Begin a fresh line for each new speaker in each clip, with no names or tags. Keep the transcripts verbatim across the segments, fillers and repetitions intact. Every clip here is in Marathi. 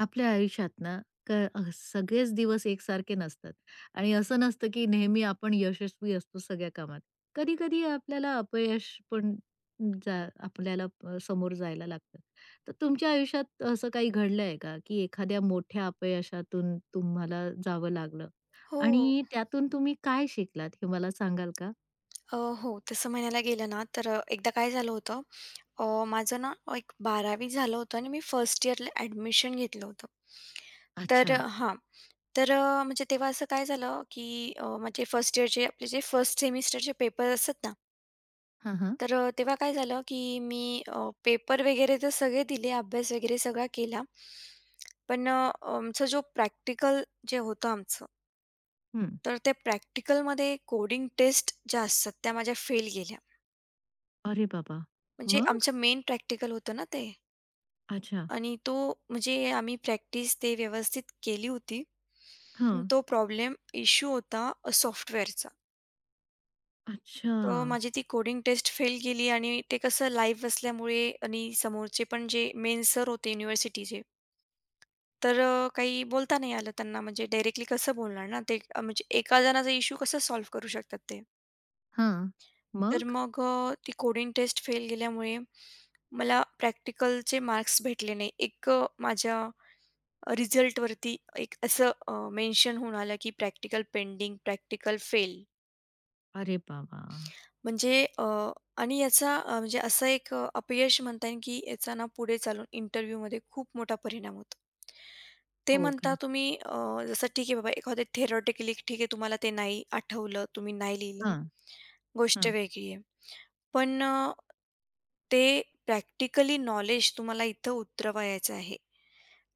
आपल्या आयुष्यात ना क अ, सगळेच दिवस एकसारखे नसतात आणि असं नसतं की नेहमी आपण यशस्वी असतो सगळ्या कामात. कधी-कधी आपल्याला अपयश पण जा आपल्याला प समोर जायला लागतं. तर तुमच्या आयुष्यात असं काही घडलंय का, की एखाद्या मोठ्या अपयशातून तुम्हाला जावं लागलं
हो.
आणि त्यातून तुम्ही काय शिकलात हे मला सांगाल का?
अ, हो. तसं म्हणायला गेलं ना, तर अ, एकदा काय झालं होतं, अ, माझं ना एक बारावी झालं होतं आणि मी फर्स्ट इयरला ॲडमिशन घेतलं होतं. तर
अच्छा.
अ, हां. तर अ, म्हणजे तेव्हा असं काय झालं, की अ, म्हणजे फर्स्ट इयरचे आपले जे फर्स्ट सेमिस्टरचे पेपर असतात ना,
हां, हां.
तर अ, तेव्हा काय झालं, की मी पेपर वगैरे तर सगळे दिले, अभ्यास वगैरे सगळा केला. पण अ, आमचा जो प्रॅक्टिकल जे होतं आमचं,
हं.
तर त्या प्रॅक्टिकलमध्ये कोडिंग टेस्ट ज्या असतात, त्या माझ्या फेल गेल्या.
अरे बाबा!
म्हणजे
मग?
आमचं मेन प्रॅक्टिकल होतं ना ते
अच्छा.
आणि तो म्हणजे आम्ही प्रॅक्टिस ते व्यवस्थित केली होती. पण
हां.
तो प्रॉब्लेम इश्यू होता अ, सॉफ्टवेअरचा.
अच्छा.
तर माझी ती कोडिंग टेस्ट फेल गेली आणि ते कसं लाईव्ह असल्यामुळे आणि समोरचे पण जे मेन सर होते युनिव्हर्सिटीचे, तर अ, काही बोलता नाही आलं त्यांना म्हणजे डायरेक्टली कसं बोलणार ना ते अ, म्हणजे एका जणाचा इश्यू कसं सॉल्व्ह करू शकतात ते.
हां.
तर
मग?
मग अ, ती कोडिंग टेस्ट फेल गेल्यामुळे मला प्रॅक्टिकलचे मार्क्स भेटले नाही. एक अ, माझ्या रिझल्टवरती एक असं अ, मेन्शन होऊन आलं, की प्रॅक्टिकल पेंडिंग, प्रॅक्टिकल फेल.
अरे बाबा!
म्हणजे अ, आणि याचा अ, म्हणजे असं एक अ, अपयश म्हणता येईल, की याचा ना पुढे चालून इंटरव्ह्यूमध्ये खूप मोठा परिणाम होतो. ते
हो
म्हणता
का?
तुम्ही अ, जसं ठीक आहे बाबा एखादं थिअरॉटिकली ठीक आहे तुम्हाला ते नाही आठवलं, तुम्ही नाही लिहिलं,
हां,
गोष्ट
हां.
वेगळी आहे. पण अ, ते प्रॅक्टिकली नॉलेज तुम्हाला इथं उतरवायचं आहे.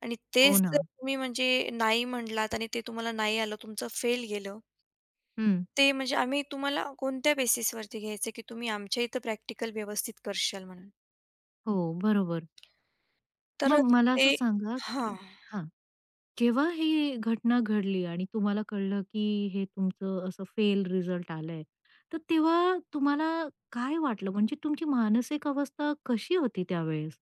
आणि
हो
तेच जर
ना.
तुम्ही म्हणजे नाही म्हणलात आणि ते तुम्हाला नाही आलं, तुमचं फेल गेलं,
हं.
ते म्हणजे आम्ही तुम्हाला कोणत्या बेसिसवरती घ्यायचं, की तुम्ही आमच्या इथं प्रॅक्टिकल व्यवस्थित करशाल म्हणून.
हो, बरोबर.
तर
मग मला
ते
असं सांगा,
हां.
की हां, जेव्हा ही घटना घडली आणि तुम्हाला कळलं, की हे तुमचं असं फेल रिझल्ट आलंय, तर तेव्हा तुम्हाला काय वाटलं? म्हणजे तुमची मानसिक अवस्था कशी होती त्यावेळेस?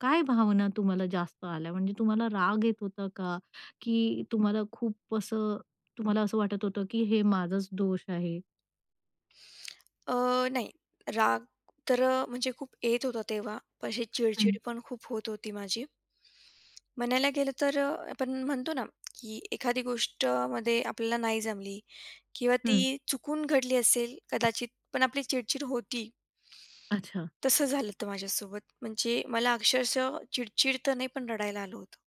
काय भावना तुम्हाला जास्त आल्या? म्हणजे तुम्हाला राग येत होता का? की तुम्हाला खूप असं तुम्हाला असं वाटत होतं, की हे माझाच दोष आहे?
अ, नाही राग तर अ, म्हणजे खूप येत होता तेव्हा, पण अशी
हं,
चिडचिड पण खूप होत होती माझी. म्हणायला गेलं तर अ, आपण म्हणतो ना, की एखादी गोष्टमध्ये आपल्याला नाही जमली किंवा
हं.
ती चुकून घडली असेल कदाचित, पण आपली चिडचिड होती.
अच्छा.
तसं झालं होतं माझ्यासोबत. म्हणजे मला अक्षरशः चिडचिड तर नाही, पण रडायला आलं होतं.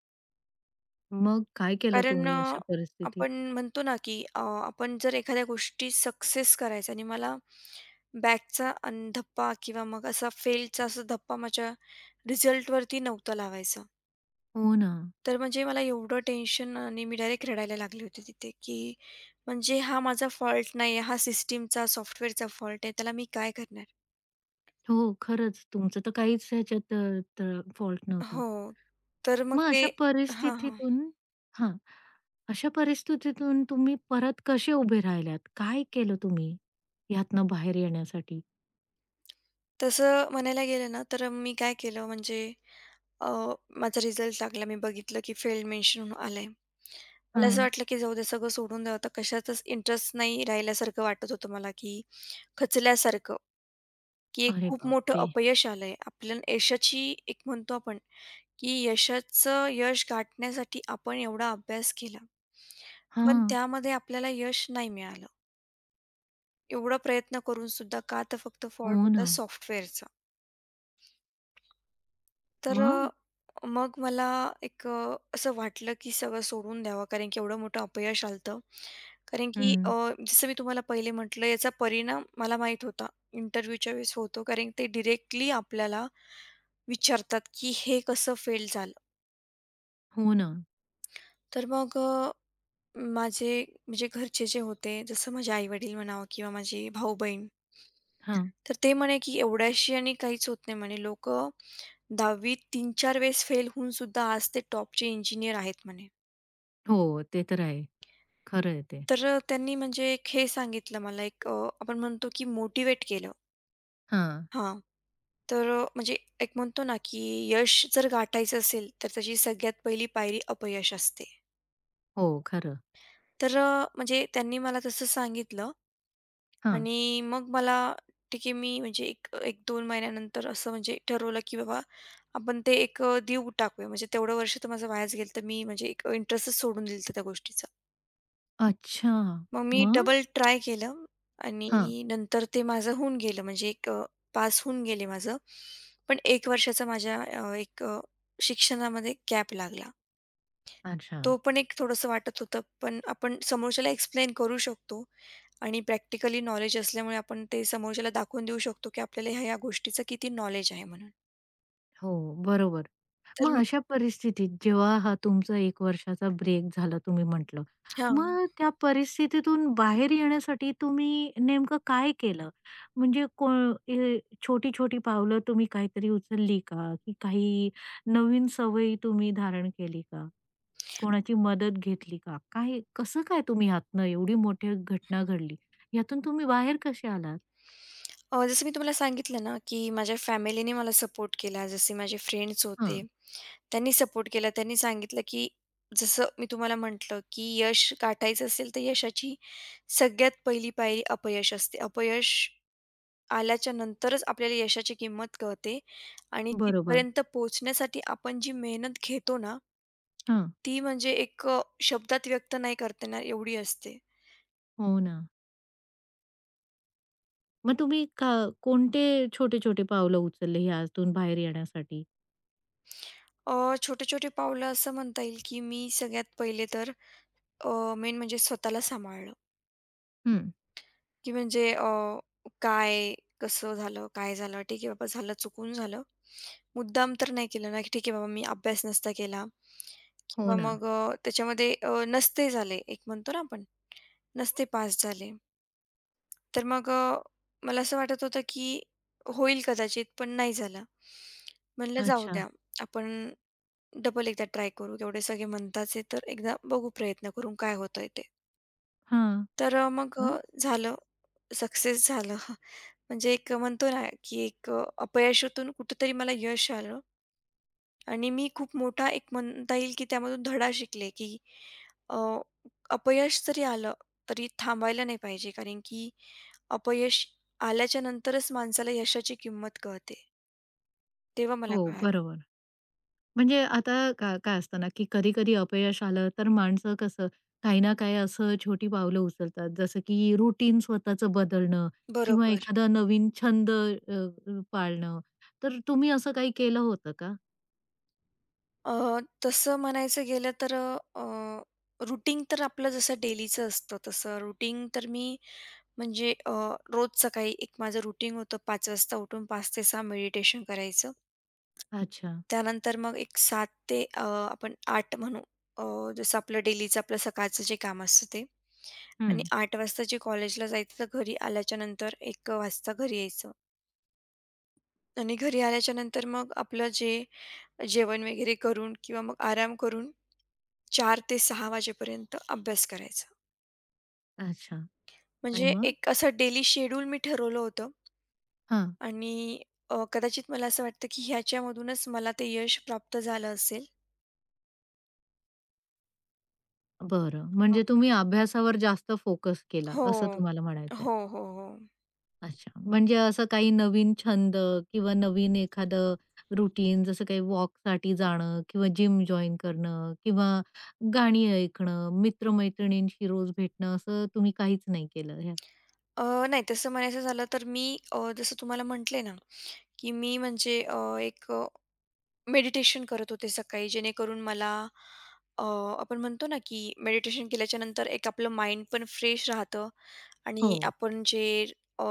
मग काय केलं
कारण
तुम्ही
अ,
अशा परिस्थितीत?
आपण म्हणतो ना, की अ, आपण जर एखाद्या गोष्टी सक्सेस करायचा आणि मला बॅकचा अन् धप्पा किंवा मग असा फेलचा असा धप्पा माझ्या रिझल्टवरती नव्हता लावायचा.
हो ना.
तर म्हणजे मला एवढं टेन्शन आणि मी डायरेक्ट रडायला लागले होते तिथे, की म्हणजे हा माझा फॉल्ट नाही हा सिस्टमचा, सॉफ्टवेअरचा फॉल्ट आहे. त्याला मी काय करणार?
हो, खरंच तुमचं तर काहीच ह्याच्यात अ, त फॉल्ट नव्हता.
हो. तर मग
मग
ते
अशा
हां, हां.
परिस्थितीतून हां, अशा परिस्थितीतून तुम्ही परत कसे उभे राहिल्यात? काय केलं तुम्ही ह्यातनं बाहेर येण्यासाठी?
तसं म्हणायला गेलं ना, तर मी काय केलं म्हणजे अ, माझा रिझल्ट लागला. मी बघितलं की फेल मेन्शन आलंय. मला असं
हां.
वाटलं की जाऊ दे सगळं सोडून द्यावं. आता कशातच इंटरेस्ट नाही राहिल्यासारखं वाटत होतं मला, की खचल्यासारखं. की एक
अरे
खूप मोठं
बापरे!
अपयश आलंय. आपल्या यशाची एक म्हणतो आपण, की यशाचं यश गाठण्यासाठी आपण एवढा अभ्यास केला. पण
हां.
त्यामध्ये आपल्याला यश नाही मिळालं. एवढा प्रयत्न करून सुद्धा का तर फक्त फॉल्ट
हो
होता
ना.
सॉफ्टवेअरचा. तर अ,
मग?
मग मला एक अ, असं वाटलं की सगळं सोडून द्यावं कारण की एवढं मोठं अपयश आलतं. कारण की अ,
हं.
जसं मी तुम्हाला पहिले म्हटलं याचा परिणाम मला माहीत होता. इंटरव्ह्यूच्या वेळेस होतो कारण ते डिरेक्टली आपल्याला विचारतात की हे कसं फेल झालं?
हो ना.
तर मग अ, माझे म्हणजे घरचे जे होते जसं माझे आई-वडील म्हणावं किंवा माझे भाऊ-बहीण
हां.
तर ते म्हणे की एवढ्याशी आणि काहीच होत नाही म्हणे. लोकं दहावी तीन-चार चार वेळेस फेल होऊन सुद्धा आज ते टॉपचे इंजिनियर आहेत म्हणे.
हो, ते तर आहे. खरं आहे ते.
तर अ, त्यांनी म्हणजे एक हे सांगितलं मला एक अ, आपण म्हणतो की मोटिवेट केलं.
हां.
हां. तर अ, म्हणजे एक म्हणतो ना की यश जर गाठायचं असेल, तर त्याची सगळ्यात पहिली पायरी अपयश असते.
हो, खरं.
तर अ, म्हणजे त्यांनी मला तसं सांगितलं
हां.
आणि मग मला ठीक आहे मी म्हणजे एक 1-2 महिन्यानंतर असं म्हणजे ठरवलं की बाबा आपण ते एक अ, देऊ टाकूया. म्हणजे तेवढं वर्ष तर माझं वायाच गेलं, तर मी म्हणजे एक इंटरेस्टच सोडून दिलता त्या गोष्टीचा.
अच्छा.
मग मी
मग?
डबल ट्राय केलं आणि
हां.
नंतर ते माझं होऊन गेलं म्हणजे एक अ, पास होऊन गेले माझं. पण एक वर्षाचा माझ्या अ, एक अ, शिक्षणामध्ये गॅप लागला.
अच्छा.
तो पण एक थोडंसं वाटत होतं, पण आपण समोरच्याला एक्सप्लेन करू शकतो आणि प्रॅक्टिकली नॉलेज असल्यामुळे आपण ते समोरच्याला दाखवून देऊ शकतो, की आपल्याला ह्या-ह्या गोष्टीचं किती नॉलेज आहे म्हणून.
हो, बरोबर.
तर
मग अशा परिस्थितीत जेव्हा हा तुमचा एक वर्षाचा ब्रेक झाला तुम्ही म्हटलं.
हां.
मग त्या परिस्थितीतून बाहेर येण्यासाठी तुम्ही नेमकं काय केलं? म्हणजे को ए छोटी-छोटी पावलं तुम्ही काहीतरी उचलली का? की काही नवीन सवयी तुम्ही धारण केली का? कोणाची मदत घेतली का? काय कसं काय तुम्ही यातनं एवढी मोठी घटना घडली, यातून तुम्ही बाहेर कसे आलात?
अ, जसं मी तुम्हाला सांगितलं ना, की माझ्या फॅमिलीने मला सपोर्ट केला. जसे माझे फ्रेंड्स होते.
हां.
त्यांनी सपोर्ट केला. त्यांनी सांगितलं, की जसं मी तुम्हाला म्हटलं, की यश गाठायचं असेल, तर यशाची सगळ्यात पहिली पायरी अपयश असते. अपयश आल्याच्या नंतरच आपल्याला यशाची किंमत कळते आणि
बरोबर.
तिथपर्यंत पोहोचण्यासाठी आपण जी मेहनत घेतो ना,
हां.
ती म्हणजे एक अ, शब्दात व्यक्त नाही करता येणार एवढी असते.
हो ना. मग तुम्ही का कोणते छोटे-छोटे पावलं उचलले ह्यातून बाहेर येण्यासाठी?
अ, छोटे-छोटे पावलं असं म्हणता येईल, की मी सगळ्यात पहिले तर मेन म्हणजे स्वतःला सांभाळणं.
हं.
की म्हणजे अ, काय, कसं झालं, काय झालं? ठीक आहे बाबा झालं, चुकून झालं. मुद्दाम तर नाही केलं ना, की ठीक आहे बाबा मी अभ्यास नसता केला
हो
किंवा
ना.
मग अ, त्याच्यामध्ये अ, नसते झाले, एक म्हणतो ना आपण, नसते पास झाले. तर मग अ, मला असं वाटत होतं की होईल कदाचित, पण नाही झालं. म्हणलं जाऊ
अच्छा.
द्या, आपण डबल एकदा ट्राय करू. एवढे सगळे म्हणताच आहे, तर एकदा बघू प्रयत्न करून काय होतंय ते.
हां.
तर अ, मग
हं.
अ, झालं. सक्सेस झालं. म्हणजे एक म्हणतो ना, की एक अ, अपयशातून कुठेतरी मला यश आलं आणि मी खूप मोठा एक म्हणता येईल, की त्यामधून धडा शिकले, की अ, अपयश जरी आलं, तरी थांबायला नाही पाहिजे. कारण की अपयश आल्याच्या नंतरच माणसाला यशाची किंमत कळते. तेव्हा मला
हो,
कळालं.
बरोबर. म्हणजे आता का काय असतं ना, की कधी-कधी अपयश आलं तर माणसं कसं काही ना काही असं छोटी पावलं उचलतात. जसं की रुटीन स्वतःचं बदलणं किंवा
बरोबर.
एखादा नवीन छंद अ, पाळणं. तर तुम्ही असं काही केलं होतं का?
अ, तसं म्हणायचं गेलं तर अ, रुटीन तर आपलं जसं डेलीचं असतं तसं रुटीन तर मी म्हणजे अ, रोज सकाळी एक माझं रुटीन होतं पाच वाजता उठून पाच ते सहा मेडिटेशन करायचं.
अच्छा.
त्यानंतर मग एक सात ते अ, आपण आठ म्हणू अ, जसं आपलं डेलीचं आपलं सकाळचं जे काम असतं ते आणि
हं.
आठ वाजता जे कॉलेजला जायचं तर घरी आल्याच्यानंतर एक वाजता घरी यायचं. आणि घरी आल्याच्यानंतर मग आपलं जे जेवण वगैरे करून किंवा मग आराम करून चार ते सहा वाजेपर्यंत अभ्यास करायचा.
अच्छा. आणि
म्हणजे
मग?
एक असं डेली शेड्यूल मी ठरवलं होतं
हां.
आणि अ, कदाचित मला असं वाटतं की ह्याच्यामधूनच मला ते यश प्राप्त झालं असेल.
बरं. म्हणजे तुम्ही अभ्यासावर जास्त फोकस केला,
हो.
असं तुम्हाला म्हणायचंय.
हो, हो, हो.
अच्छा. म्हणजे असं काही नवीन छंद किंवा नवीन एखादं रूटीन जसं काही वॉकसाठी जाणं किंवा जिम जॉइन करणं किंवा गाणी ऐकणं, मित्र-मैत्रिणींशी रोज भेटणं असं तुम्ही काहीच नाही केलं ह्यात?
अ, नाही तसं म्हणायचं झालं तर मी अ, जसं तुम्हाला म्हटले ना, की मी म्हणजे अ, एक मेडिटेशन करत होते सकाळी जेणेकरून मला अ, आपण म्हणतो ना, की मेडिटेशन केल्याच्यानंतर एक आपलं माइंड पण फ्रेश राहतं
हो.
आणि आपण जे अ,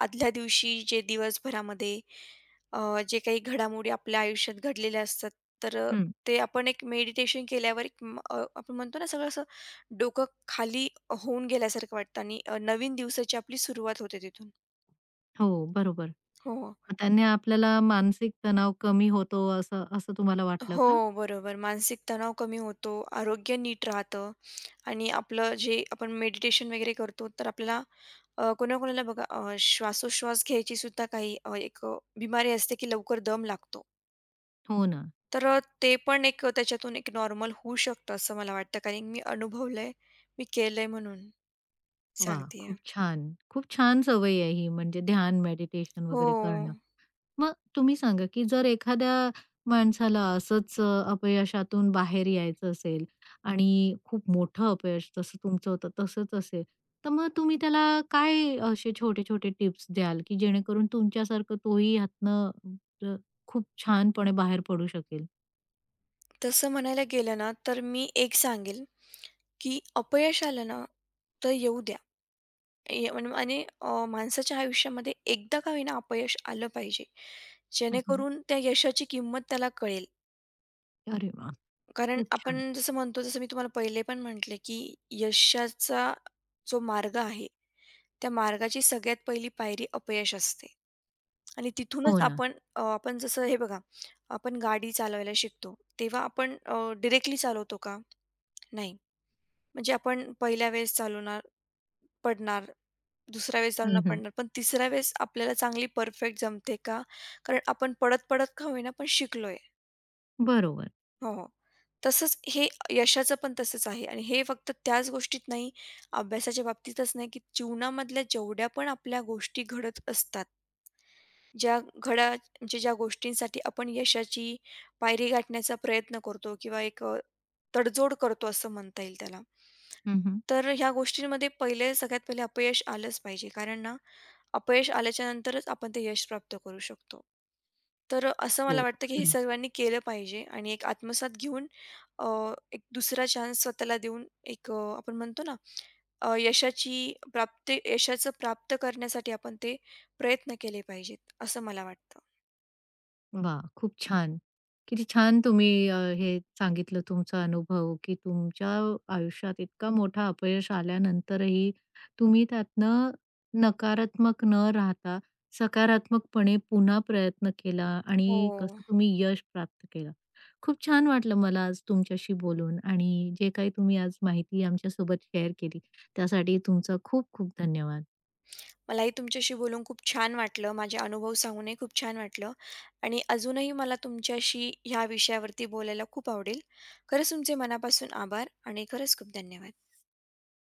आदल्या दिवशी जे दिवसभरामध्ये अ, जे काही घडामोडी आपल्या आयुष्यात घडलेल्या असतात, तर अ,
हं.
ते आपण एक मेडिटेशन केल्यावर एक म अ, आपण म्हणतो ना, सगळं असं डोकं खाली होऊन गेल्यासारखं वाटतं आणि अ, नवीन दिवसाची आपली सुरुवात होते तिथून.
हो, बरोबर.
हो.
मग त्याने आपल्याला मानसिक तणाव कमी होतो असं असं तुम्हाला वाटलं
हो,
का?
बरोबर. मानसिक तणाव कमी होतो, आरोग्य नीट राहतं आणि आपलं जे आपण मेडिटेशन वगैरे करतो, तर आपल्याला अ, कोणाकोणाला बघा अ, श्वासोश्वास घ्यायची सुद्धा काही अ, एक अ, बिमारी असते, की लवकर दम लागतो.
हो ना.
तर अ, ते पण एक त्याच्यातून एक नॉर्मल होऊ शकतं असं मला वाटतं, कारण मी अनुभवलंय, मी केलंय म्हणून
वाह!
सांगतेय.
खूप छान. खूप छान सवय आहे ही म्हणजे ध्यान, मेडिटेशन
हो.
वगैरे करणं. मग तुम्ही सांगा, की जर एखाद्या माणसाला असंच अ, अपयशातून बाहेर यायचं असेल आणि खूप मोठं अपयश जसं तुमचं होतं तसंच असेल, तर मग तुम्ही त्याला काय असे छोटे-छोटे टिप्स द्याल, की जेणेकरून तुमच्यासारखं तोही ह्यातनं अ, खूप छानपणे बाहेर पडू शकेल?
तसं म्हणायला गेलं ना, तर मी एक सांगेल, की अपयश आलं ना, तर येऊ द्या. ए आणि अ, माणसाच्या आयुष्यामध्ये एकदा का होईना अपयश आलं पाहिजे.
हं,
जेणेकरून त्या यशाची किंमत त्याला कळेल.
अरे वाह!
कारण
खूप छान.
आपण जसं म्हणतो, जसं मी तुम्हाला पहिले पण म्हटले, की यशाचा जो मार्ग आहे, त्या मार्गाची सगळ्यात पहिली पायरी अपयश असते. आणि तिथूनच
हो ना.
आपण अ, आपण जसं हे बघा, आपण गाडी चालवायला शिकतो. तेव्हा आपण अ, चालवतो का? नाही. म्हणजे आपण पहिल्या वेळेस चालवणार, पडणार. दुसऱ्या वेळेस जाऊन नाही
हं,
पडणार. पण तिसऱ्या वेळेस आपल्याला चांगली परफेक्ट जमते का? कारण आपण पडत-पडत का होईना पण शिकलोय.
बरोबर.
हो, हो. तसंच हे यशाचं पण तसंच आहे आणि हे फक्त त्याच गोष्टीत नाही, अभ्यासाच्या बाबतीतच नाही, की जीवनामधल्या जेवढ्या पण आपल्या गोष्टी घडत असतात. ज्या घड्या म्हणजे ज्या गोष्टींसाठी आपण यशाची पायरी गाठण्याचा प्रयत्न करतो किंवा एक अ, तडजोड करतो असं म्हणता येईल त्याला.
हं,
तर ह्या गोष्टींमध्ये पहिले सगळ्यात पहिले अपयश आलंच पाहिजे. कारण ना अपयश आल्याच्या नंतरच आपण ते यश प्राप्त करू शकतो. तर अ, असं
हो,
मला वाटतं, की हे
खरं.
सर्वांनी केलं पाहिजे आणि एक आत्मसात घेऊन अ, एक दुसरा चान्स स्वतःला देऊन एक अ, आपण म्हणतो ना, अ, यशाची प्राप्ती यशाचं प्राप्त करण्यासाठी आपण ते प्रयत्न केले पाहिजेत, असं मला वाटतं.
वाह! खूप छान. किती छान तुम्ही अ, हे सांगितलं तुमचा अनुभव, की तुमच्या आयुष्यात इतका मोठा अपयश आल्यानंतरही तुम्ही त्यातनं नकारात्मक न राहता सकारात्मकपणे पुन्हा प्रयत्न केला आणि
हो.
कसं तुम्ही यश प्राप्त केलं. खूप छान वाटलं मला आज तुमच्याशी बोलून आणि जे काही तुम्ही आज माहिती आमच्यासोबत शेअर केली त्यासाठी तुमचा खूप खूप धन्यवाद.
मलाही तुमच्याशी बोलून खूप छान वाटलं. माझे अनुभव सांगूनही खूप छान वाटलं आणि अजूनही मला तुमच्याशी ह्या विषयावरती बोलायला खूप आवडेल. खरंच तुमचे मनापासून आभार आणि खरंच खूप धन्यवाद.